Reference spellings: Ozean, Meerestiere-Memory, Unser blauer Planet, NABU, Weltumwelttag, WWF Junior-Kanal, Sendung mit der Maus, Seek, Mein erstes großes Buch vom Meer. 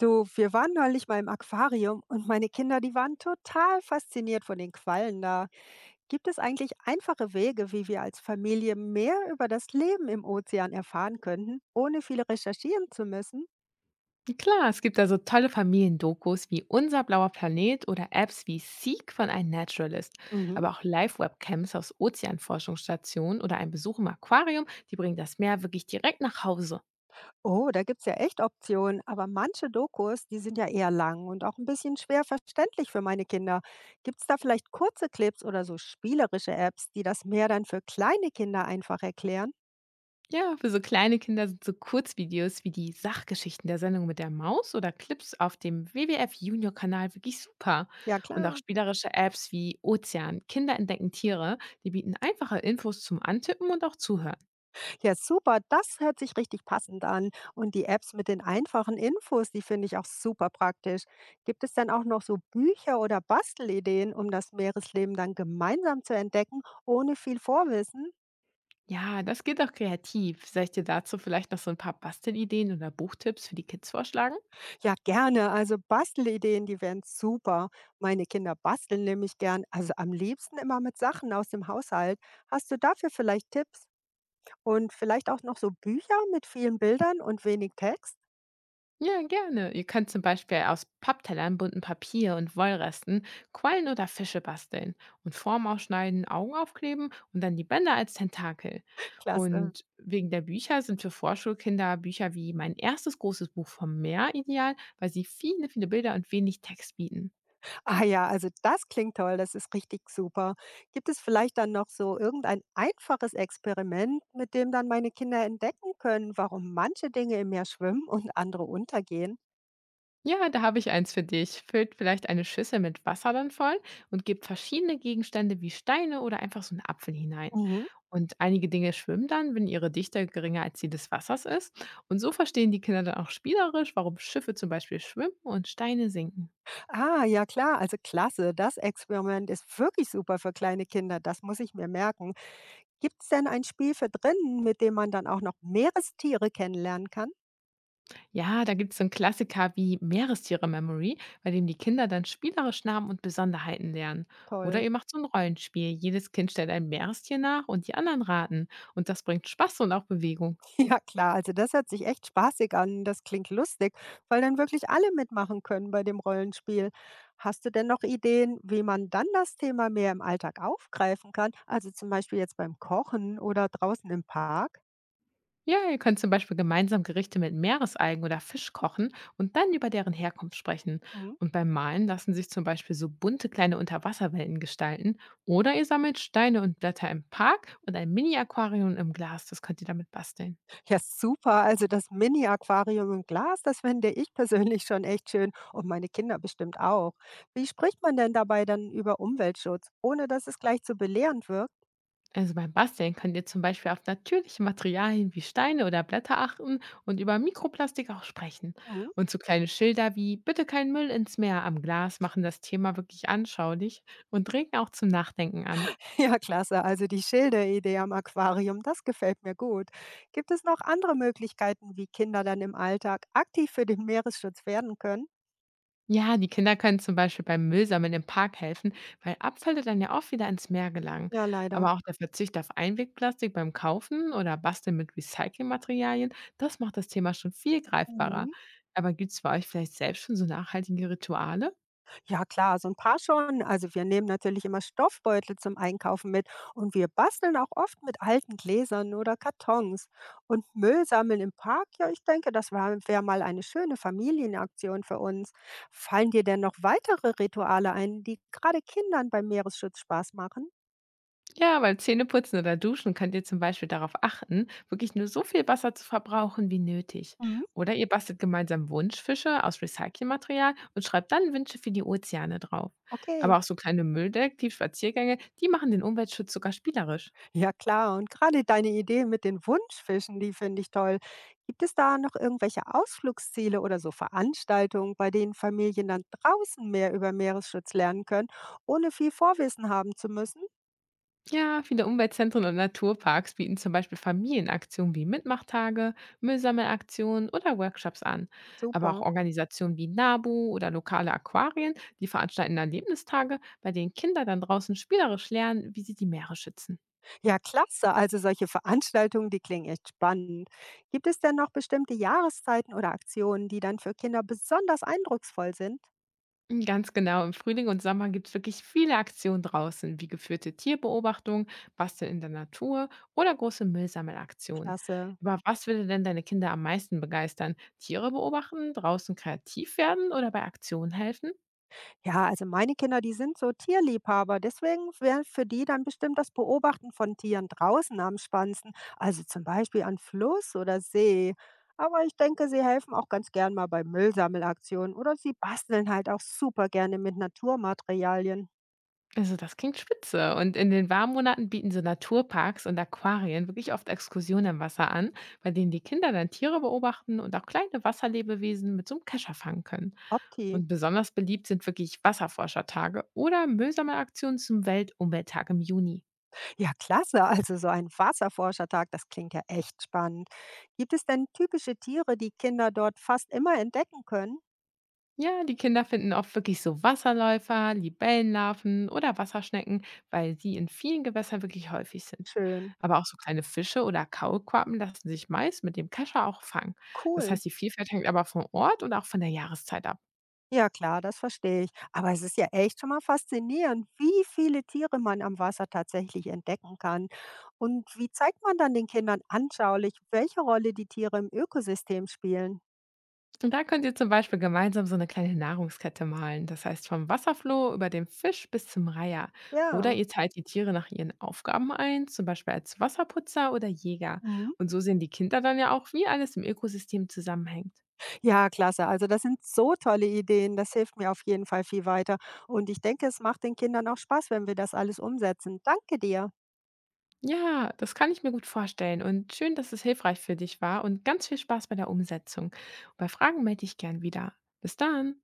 Du, wir waren neulich mal im Aquarium und meine Kinder, die waren total fasziniert von den Quallen da. Gibt es eigentlich einfache Wege, wie wir als Familie mehr über das Leben im Ozean erfahren könnten, ohne viel recherchieren zu müssen? Klar, es gibt also tolle Familiendokus wie Unser blauer Planet oder Apps wie Seek von einem Naturalist. Mhm. Aber auch Live-Webcams aus Ozeanforschungsstationen oder ein Besuch im Aquarium, die bringen das Meer wirklich direkt nach Hause. Oh, da gibt es ja echt Optionen, aber manche Dokus, die sind ja eher lang und auch ein bisschen schwer verständlich für meine Kinder. Gibt es da vielleicht kurze Clips oder so spielerische Apps, die das mehr dann für kleine Kinder einfach erklären? Ja, für so kleine Kinder sind so Kurzvideos wie die Sachgeschichten der Sendung mit der Maus oder Clips auf dem WWF Junior-Kanal wirklich super. Ja, Und auch klar. spielerische Apps wie Ozean, Kinder entdecken Tiere, die bieten einfache Infos zum Antippen und auch Zuhören. Ja, super, das hört sich richtig passend an. Und die Apps mit den einfachen Infos, die finde ich auch super praktisch. Gibt es dann auch noch so Bücher oder Bastelideen, um das Meeresleben dann gemeinsam zu entdecken, ohne viel Vorwissen? Ja, das geht auch kreativ. Soll ich dir dazu vielleicht noch so ein paar Bastelideen oder Buchtipps für die Kids vorschlagen? Ja, gerne. Also Bastelideen, die wären super. Meine Kinder basteln nämlich gern, also am liebsten immer mit Sachen aus dem Haushalt. Hast du dafür vielleicht Tipps? Und vielleicht auch noch so Bücher mit vielen Bildern und wenig Text? Ja, gerne. Ihr könnt zum Beispiel aus Papptellern, buntem Papier und Wollresten Quallen oder Fische basteln und Form ausschneiden, Augen aufkleben und dann die Bänder als Tentakel. Klasse. Und wegen der Bücher sind für Vorschulkinder Bücher wie Mein erstes großes Buch vom Meer ideal, weil sie viele Bilder und wenig Text bieten. Ah ja, also das klingt toll, das ist richtig super. Gibt es vielleicht dann noch so irgendein einfaches Experiment, mit dem dann meine Kinder entdecken können, warum manche Dinge im Meer schwimmen und andere untergehen? Ja, da habe ich eins für dich. Füllt vielleicht eine Schüssel mit Wasser dann voll und gebt verschiedene Gegenstände wie Steine oder einfach so einen Apfel hinein. Mhm. Und einige Dinge schwimmen dann, wenn ihre Dichte geringer als die des Wassers ist. Und so verstehen die Kinder dann auch spielerisch, warum Schiffe zum Beispiel schwimmen und Steine sinken. Ah, ja klar, also klasse. Das Experiment ist wirklich super für kleine Kinder, das muss ich mir merken. Gibt es denn ein Spiel für drinnen, mit dem man dann auch noch Meerestiere kennenlernen kann? Ja, da gibt es so einen Klassiker wie Meerestiere-Memory, bei dem die Kinder dann spielerisch Namen und Besonderheiten lernen. Oder Toll. ihr macht so ein Rollenspiel. Jedes Kind stellt ein Meerestier nach und die anderen raten. Und das bringt Spaß und auch Bewegung. Ja klar, also das hört sich echt spaßig an, das klingt lustig, weil dann wirklich alle mitmachen können bei dem Rollenspiel. Hast du denn noch Ideen, wie man dann das Thema mehr im Alltag aufgreifen kann? Also zum Beispiel jetzt beim Kochen oder draußen im Park? Ja, ihr könnt zum Beispiel gemeinsam Gerichte mit Meeresalgen oder Fisch kochen und dann über deren Herkunft sprechen. Mhm. Und beim Malen lassen sich zum Beispiel so bunte kleine Unterwasserwelten gestalten. Oder ihr sammelt Steine und Blätter im Park und ein Mini-Aquarium im Glas. Das könnt ihr damit basteln. Ja, super. Also das Mini-Aquarium im Glas, das finde ich persönlich schon echt schön und meine Kinder bestimmt auch. Wie spricht man denn dabei dann über Umweltschutz, ohne dass es gleich zu belehrend wirkt? Also beim Basteln könnt ihr zum Beispiel auf natürliche Materialien wie Steine oder Blätter achten und über Mikroplastik auch sprechen. Mhm. Und so kleine Schilder wie Bitte kein Müll ins Meer am Glas machen das Thema wirklich anschaulich und regen auch zum Nachdenken an. Ja, klasse. Also die Schilderidee am Aquarium, das gefällt mir gut. Gibt es noch andere Möglichkeiten, wie Kinder dann im Alltag aktiv für den Meeresschutz werden können? Ja, die Kinder können zum Beispiel beim Müllsammeln im Park helfen, weil Abfälle dann ja oft wieder ins Meer gelangen. Ja, leider. Aber auch der Verzicht auf Einwegplastik beim Kaufen oder Basteln mit Recyclingmaterialien, das macht das Thema schon viel greifbarer. Mhm. Aber gibt es bei euch vielleicht selbst schon so nachhaltige Rituale? Ja, klar, so ein paar schon. Also wir nehmen natürlich immer Stoffbeutel zum Einkaufen mit und wir basteln auch oft mit alten Gläsern oder Kartons. Und Müll sammeln im Park, ja, ich denke, das wäre mal eine schöne Familienaktion für uns. Fallen dir denn noch weitere Rituale ein, die gerade Kindern beim Meeresschutz Spaß machen? Ja, beim Zähneputzen oder Duschen könnt ihr zum Beispiel darauf achten, wirklich nur so viel Wasser zu verbrauchen wie nötig. Mhm. Oder ihr bastelt gemeinsam Wunschfische aus Recyclingmaterial und schreibt dann Wünsche für die Ozeane drauf. Aber Okay, auch so kleine Mülldeck, Spaziergänge, die machen den Umweltschutz sogar spielerisch. ja klar. Und gerade deine Idee mit den Wunschfischen, die finde ich toll. Gibt es da noch irgendwelche Ausflugsziele oder so Veranstaltungen, bei denen Familien dann draußen mehr über Meeresschutz lernen können, ohne viel Vorwissen haben zu müssen? Ja, viele Umweltzentren und Naturparks bieten zum Beispiel Familienaktionen wie Mitmachtage, Müllsammelaktionen oder Workshops an. Aber auch Super. Organisationen wie NABU oder lokale Aquarien, die veranstalten Erlebnistage, bei denen Kinder dann draußen spielerisch lernen, wie sie die Meere schützen. Ja, klasse. Also solche Veranstaltungen, die klingen echt spannend. Gibt es denn noch bestimmte Jahreszeiten oder Aktionen, die dann für Kinder besonders eindrucksvoll sind? Ganz genau. Im Frühling und Sommer gibt es wirklich viele Aktionen draußen, wie geführte Tierbeobachtung, Basteln in der Natur oder große Müllsammelaktionen. Klasse. Aber was würde denn deine Kinder am meisten begeistern? Tiere beobachten, draußen kreativ werden oder bei Aktionen helfen? Ja, also meine Kinder, die sind so Tierliebhaber. Deswegen wäre für die dann bestimmt das Beobachten von Tieren draußen am spannendsten. Also zum Beispiel an Fluss oder See. Aber ich denke, sie helfen auch ganz gern mal bei Müllsammelaktionen oder sie basteln halt auch super gerne mit Naturmaterialien. Also, das klingt spitze. Und in den warmen Monaten bieten so Naturparks und Aquarien wirklich oft Exkursionen im Wasser an, bei denen die Kinder dann Tiere beobachten und auch kleine Wasserlebewesen mit so einem Kescher fangen können. Opti. Und besonders beliebt sind wirklich Wasserforschertage oder Müllsammelaktionen zum Weltumwelttag im Juni. Ja, klasse. Also so ein Wasserforschertag, das klingt ja echt spannend. Gibt es denn typische Tiere, die Kinder dort fast immer entdecken können? Ja, die Kinder finden oft wirklich so Wasserläufer, Libellenlarven oder Wasserschnecken, weil sie in vielen Gewässern wirklich häufig sind. Schön. Aber auch so kleine Fische oder Kaulquappen lassen sich meist mit dem Kescher auch fangen. Das Cool. heißt, die Vielfalt hängt aber vom Ort und auch von der Jahreszeit ab. Ja klar, das verstehe ich. Aber es ist ja echt schon mal faszinierend, wie viele Tiere man am Wasser tatsächlich entdecken kann. Und wie zeigt man dann den Kindern anschaulich, welche Rolle die Tiere im Ökosystem spielen? Und da könnt ihr zum Beispiel gemeinsam so eine kleine Nahrungskette malen. Das heißt, vom Wasserfloh über den Fisch bis zum Reiher. Oder Ja. ihr teilt die Tiere nach ihren Aufgaben ein, zum Beispiel als Wasserputzer oder Jäger. Mhm. Und so sehen die Kinder dann ja auch, wie alles im Ökosystem zusammenhängt. Ja, klasse. Also das sind so tolle Ideen. Das hilft mir auf jeden Fall viel weiter. Und ich denke, es macht den Kindern auch Spaß, wenn wir das alles umsetzen. Danke dir. Ja, das kann ich mir gut vorstellen und schön, dass es hilfreich für dich war und ganz viel Spaß bei der Umsetzung. Bei Fragen melde ich gern wieder. Bis dann.